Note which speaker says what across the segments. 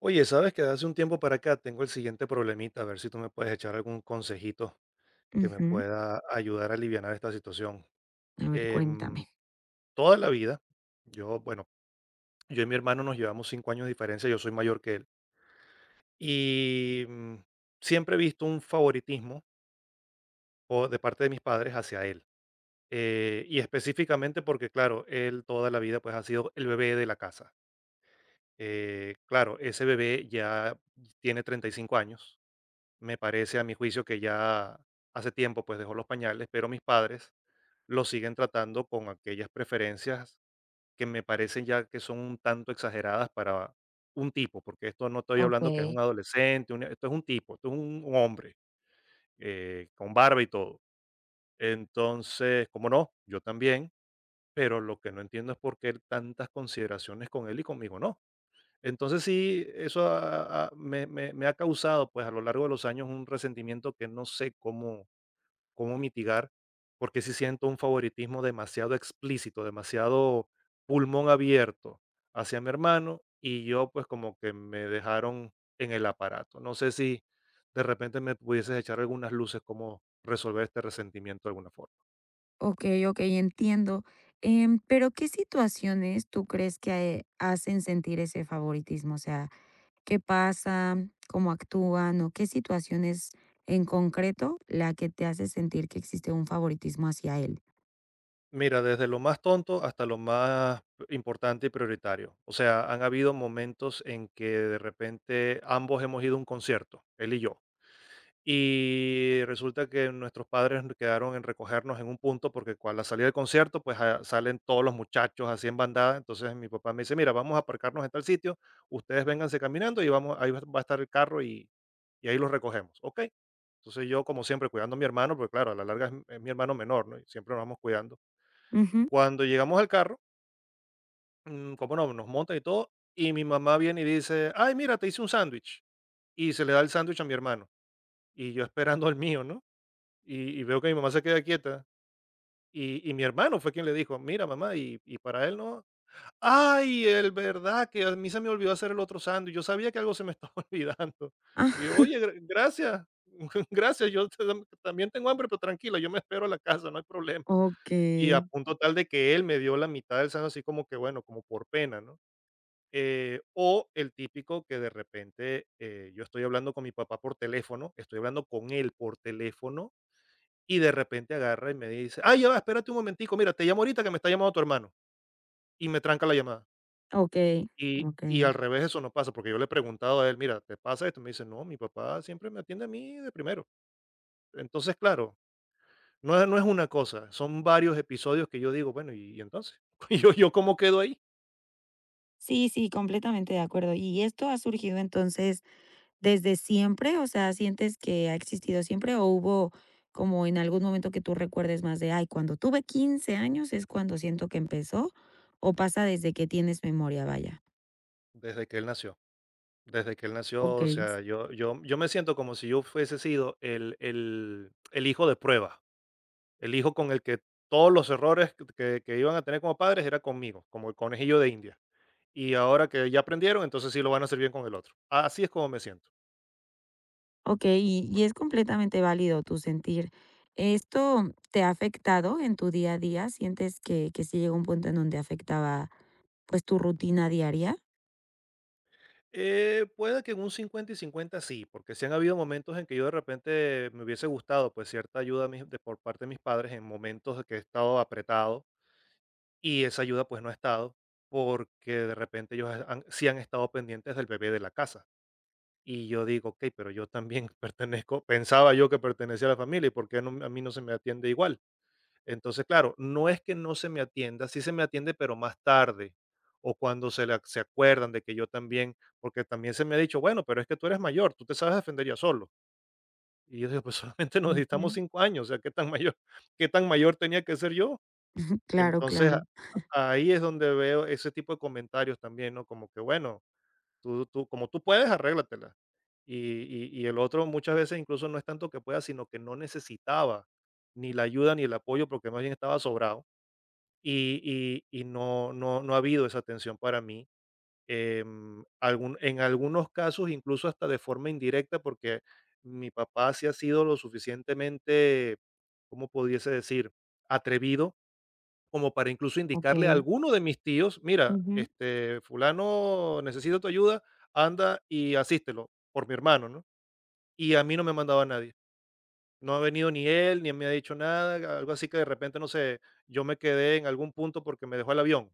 Speaker 1: Oye, sabes que de hace un tiempo para acá tengo el siguiente problemita, a ver si tú me puedes echar algún consejito que me
Speaker 2: Ujú.
Speaker 1: pueda ayudar a aliviar esta situación.
Speaker 2: A ver, cuéntame.
Speaker 1: Em, Toda la vida, bueno, yo y mi hermano nos llevamos 5 años de diferencia, yo soy mayor que él. Y siempre he visto un favoritismo o de parte de mis padres hacia él. Y específicamente porque, claro, él toda la vida pues ha sido el bebé de la casa. Claro, ese bebé ya tiene 35 años. Me parece a mi juicio que ya hace tiempo pues dejó los pañales, pero mis padres lo siguen tratando con aquellas preferencias que me parecen ya que son un tanto exageradas para un tipo, porque esto no estoy hablando que es
Speaker 2: Okey.
Speaker 1: un adolescente, esto es un tipo, esto es un hombre, con barba y todo. Entonces, ¿cómo no? Yo también, pero lo que no entiendo es por qué tantas consideraciones con él y conmigo no. Entonces sí, eso me ha causado pues a lo largo de los años un resentimiento que no sé cómo mitigar, porque si siento un favoritismo demasiado explícito, demasiado pulmón abierto hacia mi hermano y yo pues como que me dejaron en el aparato. No sé si de repente me pudieses echar algunas luces cómo resolver este resentimiento de alguna forma.
Speaker 2: Okey, okey, entiendo. Pero ¿qué situaciones tú crees que hacen sentir ese favoritismo? O sea, ¿qué pasa? ¿Cómo actúan? ¿O qué situaciones en concreto la que te hace sentir que existe un favoritismo hacia él?
Speaker 1: Mira, desde lo más tonto hasta lo más importante y prioritario. O sea, han habido momentos en que de repente ambos hemos ido a un concierto, él y yo. Y resulta que nuestros padres quedaron en recogernos en un punto porque a la salida del concierto pues salen todos los muchachos así en bandada. Entonces mi papá me dice: "Mira, vamos a aparcarnos en tal sitio, ustedes vénganse caminando y vamos, ahí va a estar el carro y ahí los recogemos". Ok. Entonces yo como siempre cuidando a mi hermano, porque claro, a la larga es mi hermano menor, ¿no? Y siempre nos vamos cuidando.
Speaker 2: Ujú.
Speaker 1: Cuando llegamos al carro, como no, nos montan y todo, y mi mamá viene y dice: "Ay, mira, te hice un sándwich". Y se le da el sándwich a mi hermano. Y yo esperando el mío, ¿no? Y veo que mi mamá se queda quieta. Y mi hermano fue quien le dijo: "Mira, mamá, y para él no". ¡Ay! El verdad que a mí se me olvidó hacer el otro sándwich. Yo sabía que algo se me estaba olvidando.
Speaker 2: Ah,
Speaker 1: Y yo: "Oye, gracias, gracias, yo te también tengo hambre, pero tranquila, yo me espero a la casa, no hay problema". Y a
Speaker 2: okey,
Speaker 1: punto tal de que él me dio la mitad del sándwich, así como que, bueno, como por pena, ¿no? O el típico que de repente, yo estoy hablando con mi papá por teléfono, estoy hablando con él por teléfono y de repente agarra y me dice: "Ah, ya va, espérate un momentico, mira, te llamo ahorita que me está llamando tu hermano", y me tranca la llamada.
Speaker 2: okey,
Speaker 1: Y
Speaker 2: okey.
Speaker 1: al revés eso no pasa, porque yo le he preguntado a él: "Mira, ¿te pasa esto?". Me dice: "No, mi papá siempre me atiende a mí de primero". Entonces, claro, no es una cosa, son varios episodios que yo digo: "Bueno, ¿y entonces? ¿Yo cómo quedo ahí?".
Speaker 2: Sí, sí, completamente de acuerdo. ¿Y esto ha surgido entonces desde siempre? O sea, ¿sientes que ha existido siempre o hubo como en algún momento que tú recuerdes más de, ay, cuando tuve 15 años es cuando siento que empezó? ¿O pasa desde que tienes memoria, vaya?
Speaker 1: Desde que él nació, desde que él nació,
Speaker 2: Ok.
Speaker 1: o sea, yo me siento como si yo fuese sido el hijo de prueba. El hijo con el que todos los errores que iban a tener como padres era conmigo, como el conejillo de India. Y ahora que ya aprendieron, entonces sí lo van a hacer bien con el otro. Así es como me siento.
Speaker 2: Ok,
Speaker 1: Por-
Speaker 2: y
Speaker 1: por-
Speaker 2: es completamente válido tu sentir. ¿Esto te ha afectado en tu día a día? ¿Sientes que sí llegó un punto en donde afectaba pues tu rutina diaria?
Speaker 1: Puede que en un 50 y 50 sí, porque sí han habido momentos en que yo de repente me hubiese gustado, pues, cierta ayuda a mis de por parte de mis padres en momentos de que he estado apretado y esa ayuda, pues, no ha estado, porque de repente ellos sí han estado pendientes del bebé de la casa. Y yo digo: "Okey, pero yo también pertenezco", pensaba yo que pertenecía a la familia, ¿y por qué no a mí no se me atiende igual? Entonces, claro, no es que no se me atienda, sí se me atiende, pero más tarde, o cuando se acuerdan de que yo también, porque también se me ha dicho: "Bueno, pero es que tú eres mayor, tú te sabes defender ya solo". Y yo digo: "Pues solamente nos distamos
Speaker 2: Ujú.
Speaker 1: 5 años, o sea, ¿qué tan mayor tenía que ser yo?".
Speaker 2: Claro,
Speaker 1: Entonces, a
Speaker 2: claro.
Speaker 1: ahí es donde veo ese tipo de comentarios también, ¿no? Como que, bueno. Tú como tú puedes, arréglatela. Y y el otro muchas veces incluso no es tanto que pueda, sino que no necesitaba ni la ayuda ni el apoyo, porque más bien estaba sobrado. Y no ha habido esa atención para mí. Em, algún En algunos casos, incluso hasta de forma indirecta, porque mi papá sí ha sido lo suficientemente, ¿cómo pudiese decir?, atrevido como para incluso indicarle a
Speaker 2: Ok.
Speaker 1: alguno de mis tíos: "Mira,
Speaker 2: Ujú.
Speaker 1: este, fulano necesita tu ayuda, anda y asístelo", por mi hermano, ¿no? Y a mí no me ha mandado a nadie. No ha venido ni él, ni me ha dicho nada, algo así que de repente, no sé, yo me quedé en algún punto porque me dejó el avión,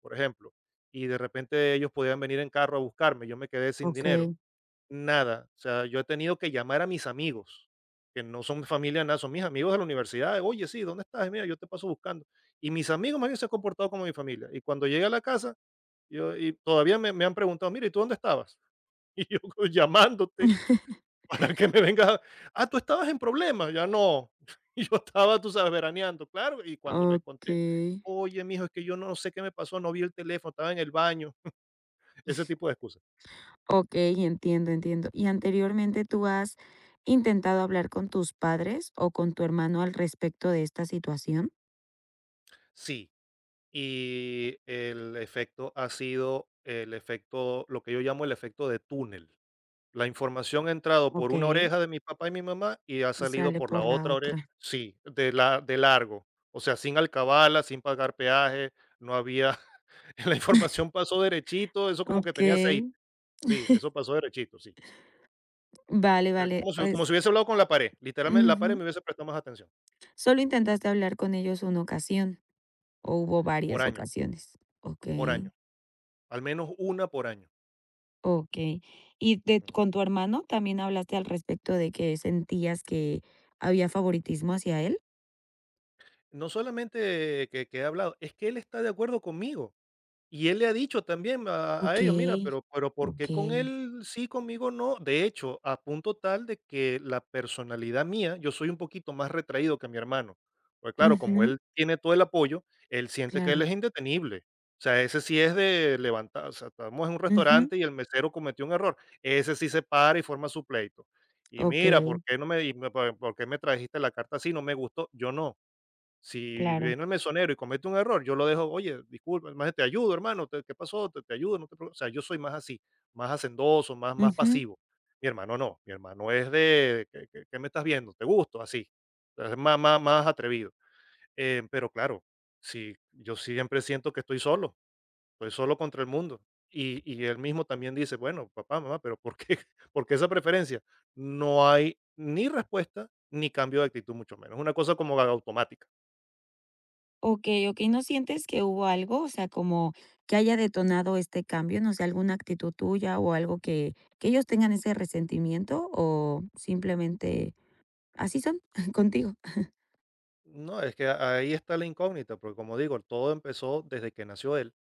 Speaker 1: por ejemplo, y de repente ellos podían venir en carro a buscarme, yo me quedé sin dinero.
Speaker 2: Okey.
Speaker 1: Nada, o sea, yo he tenido que llamar a mis amigos, que no son mi familia, nada, son mis amigos de la universidad. "Oye, sí, ¿dónde estás? Mira, yo te paso buscando". Y mis amigos más bien se han comportado como mi familia. Y cuando llegué a la casa, y todavía me han preguntado: "Mira, ¿y tú dónde estabas?". Y yo llamándote para que me vengas. "Ah, tú estabas en problemas. Ya no". Y yo estaba, tú sabes, veraneando, claro. Y cuando les conté:
Speaker 2: Okey.
Speaker 1: "Oye, mijo, es que yo no sé qué me pasó, no vi el teléfono, estaba en el baño", ese tipo de excusas.
Speaker 2: Okey, entiendo, entiendo. ¿Y anteriormente tú has intentado hablar con tus padres o con tu hermano al respecto de esta situación?
Speaker 1: Sí. Y el efecto ha sido el efecto, lo que yo llamo el efecto de túnel. La información ha entrado por una
Speaker 2: Okey.
Speaker 1: oreja de mi papá y mi mamá y ha
Speaker 2: Y
Speaker 1: salido
Speaker 2: sale
Speaker 1: por la
Speaker 2: por la
Speaker 1: otra oreja,
Speaker 2: otra.
Speaker 1: sí, de la de largo. O sea, sin alcabala, sin pagar peaje, no había la información pasó derechito, eso como que tenía
Speaker 2: Okey.
Speaker 1: aceite. Sí, eso pasó derechito, sí.
Speaker 2: Vale,
Speaker 1: O sea,
Speaker 2: vale.
Speaker 1: como si
Speaker 2: Es
Speaker 1: como si hubiese hablado con la pared. Literalmente, la pared
Speaker 2: ujú.
Speaker 1: me hubiese prestado más atención,
Speaker 2: Solo intentaste hablar con ellos una ocasión, ¿o hubo
Speaker 1: por
Speaker 2: varias
Speaker 1: año,
Speaker 2: ocasiones?
Speaker 1: por
Speaker 2: Okey,
Speaker 1: año, al menos una por año.
Speaker 2: okey. ¿Y de
Speaker 1: Mm.
Speaker 2: con tu hermano también hablaste al respecto de que sentías que había favoritismo hacia él?
Speaker 1: No solamente que he hablado, es que él está de acuerdo conmigo, y él le ha dicho también a ellos: "Mira,
Speaker 2: Okey.
Speaker 1: pero, ¿por qué con
Speaker 2: Okey.
Speaker 1: él sí, conmigo no?". De hecho, a punto tal de que la personalidad mía, yo soy un poquito más retraído que mi hermano, pues claro, como
Speaker 2: Ujú,
Speaker 1: él tiene todo el apoyo, él siente que él es
Speaker 2: claro.
Speaker 1: indetenible. O sea, ese sí es de levantar, o sea, estamos en un
Speaker 2: Ujú.
Speaker 1: restaurante y el mesero cometió un error, ese sí se para y forma su pleito. Y mira,
Speaker 2: Okey,
Speaker 1: ¿por qué no me y me por qué me trajiste la carta así? No me gustó, yo no. Si
Speaker 2: claro.
Speaker 1: viene el mesonero y comete un error, yo lo dejo: "Oye, disculpa, más te ayudo, hermano, ¿qué pasó? Te ayudo, no te preocupes". O sea, yo soy más así, más hacendoso, más,
Speaker 2: Ujú.
Speaker 1: pasivo. Mi hermano no, mi hermano es de: ¿Qué me estás viendo? ¿Te gusto?". Así. Es más atrevido. Pero claro, si yo siempre siento que estoy solo contra el mundo. Y él mismo también dice: "Bueno, papá, mamá, pero ¿por qué, ¿por qué esa preferencia?". No hay ni respuesta ni cambio de actitud, mucho menos. Es una cosa como automática.
Speaker 2: Okey, okey, ¿no sientes que hubo algo? O sea, como que haya detonado este cambio, no sé, alguna actitud tuya o algo que ellos tengan ese resentimiento o simplemente así son contigo.
Speaker 1: No, es que ahí está la incógnita, porque como digo, todo empezó desde que nació él.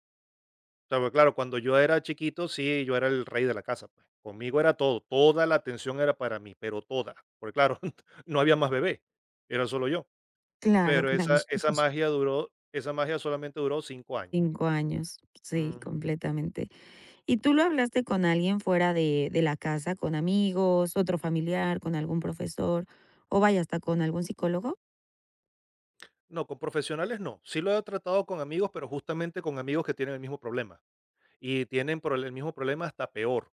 Speaker 1: O sea, porque claro, cuando yo era chiquito, sí, yo era el rey de la casa, pues. Conmigo era todo, toda la atención era para mí, pero toda. Porque claro, no había más bebé, era solo yo.
Speaker 2: Claro,
Speaker 1: Pero
Speaker 2: claro.
Speaker 1: esa magia solamente duró 5 años.
Speaker 2: 5 años. Sí,
Speaker 1: Ujú.
Speaker 2: completamente. ¿Y tú lo hablaste con alguien fuera de la casa, con amigos, otro familiar, con algún profesor o vaya, hasta con algún psicólogo?
Speaker 1: No, con profesionales no. Sí lo he tratado con amigos, pero justamente con amigos que tienen el mismo problema. Y tienen el mismo problema hasta peor,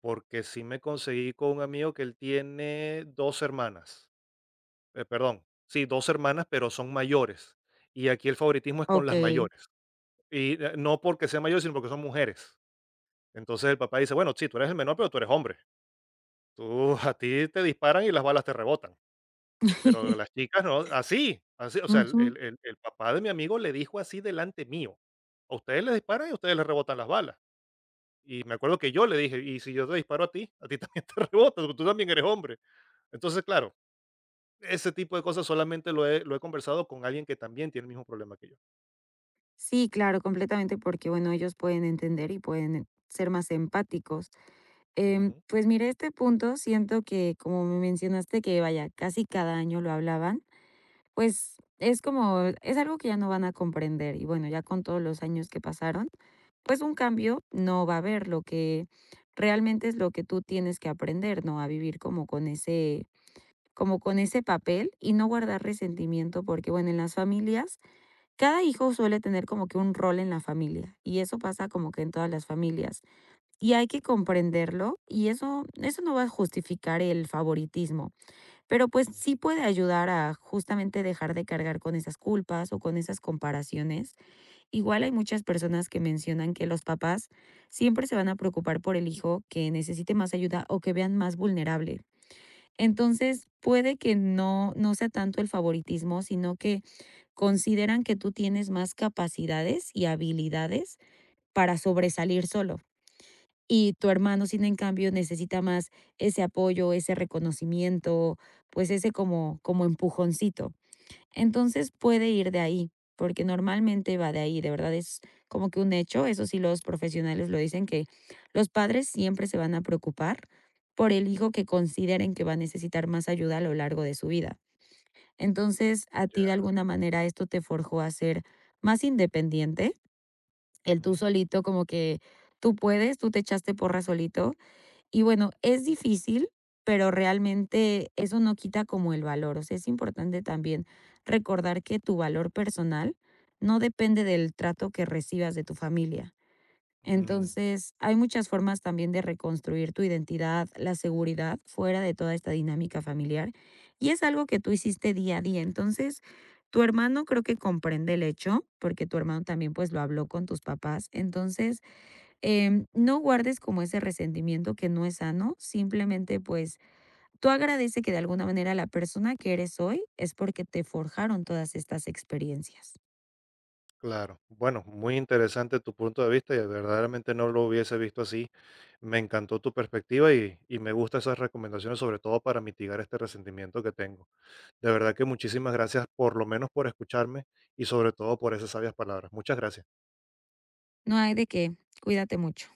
Speaker 1: porque sí me conseguí con un amigo que él tiene dos hermanas. Perdón, sí, 2 hermanas, pero son mayores. Y aquí el favoritismo es con las
Speaker 2: Okey.
Speaker 1: mayores. Y, no porque sean mayores, sino porque son mujeres. Entonces el papá dice: "Bueno, sí, tú eres el menor, pero tú eres hombre. Tú a ti te disparan y las balas te rebotan, pero las chicas no". Así, así, o sea, el
Speaker 2: Ujú.
Speaker 1: el el el papá de mi amigo le dijo así delante mío: "A ustedes les disparan y a ustedes les rebotan las balas". Y me acuerdo que yo le dije: "Y si yo te disparo a ti también te rebotan, porque tú también eres hombre". Entonces, claro. Ese tipo de cosas solamente lo he conversado con alguien que también tiene el mismo problema que yo.
Speaker 2: Sí, claro, completamente, porque bueno, ellos pueden entender y pueden ser más empáticos.
Speaker 1: Ujú.
Speaker 2: Pues mira, este punto siento que como me mencionaste que vaya, casi cada año lo hablaban, pues es como, es algo que ya no van a comprender y bueno, ya con todos los años que pasaron, pues un cambio no va a haber, lo que realmente es lo que tú tienes que aprender, ¿no? A vivir como con ese papel y no guardar resentimiento, porque bueno, en las familias cada hijo suele tener como que un rol en la familia y eso pasa como que en todas las familias y hay que comprenderlo y eso no va a justificar el favoritismo, pero pues
Speaker 1: Mm.
Speaker 2: sí puede ayudar a justamente dejar de cargar con esas culpas o con esas comparaciones. Igual hay muchas personas que mencionan que los papás siempre se van a preocupar por el hijo que necesite más ayuda o que vean más vulnerable. Entonces, puede que no sea tanto el favoritismo, sino que consideran que tú tienes más capacidades y habilidades para
Speaker 1: Ujú.
Speaker 2: sobresalir solo. Y tu hermano, sin en cambio, necesita más ese apoyo, ese reconocimiento, pues ese como, como empujoncito. Entonces puede ir de ahí, porque normalmente va de ahí, de verdad es como que un hecho, eso sí los profesionales lo dicen, que los padres siempre se van a preocupar por el hijo que consideren que va a necesitar más ayuda a lo largo de su vida. Entonces, a ti de
Speaker 1: Ya.
Speaker 2: alguna manera esto te forjó a ser más independiente, el tú
Speaker 1: Ujú.
Speaker 2: solito como que tú puedes, tú te echaste porras solito y bueno, es difícil, pero realmente eso no quita como el valor, o sea, es importante también recordar que tu valor personal no depende del trato que recibas de tu familia.
Speaker 1: Mm.
Speaker 2: Entonces, hay muchas formas también de reconstruir tu identidad, la seguridad fuera de toda esta dinámica familiar. Y es algo que tú hiciste día a día. Entonces, tu hermano creo que comprende el hecho, porque tu hermano también pues lo habló con tus papás. Entonces, em, no guardes como ese resentimiento que no es sano. Simplemente pues tú agradece que de alguna manera la persona que eres hoy es porque te forjaron todas estas experiencias.
Speaker 1: Claro. Bueno, muy interesante tu punto de vista y verdaderamente no lo hubiese visto así. Me encantó tu perspectiva y me gustan esas recomendaciones, sobre todo para mitigar este resentimiento que tengo. De verdad que muchísimas gracias, por lo menos por escucharme y sobre todo por esas sabias palabras. Muchas gracias.
Speaker 2: No hay de qué. Cuídate mucho.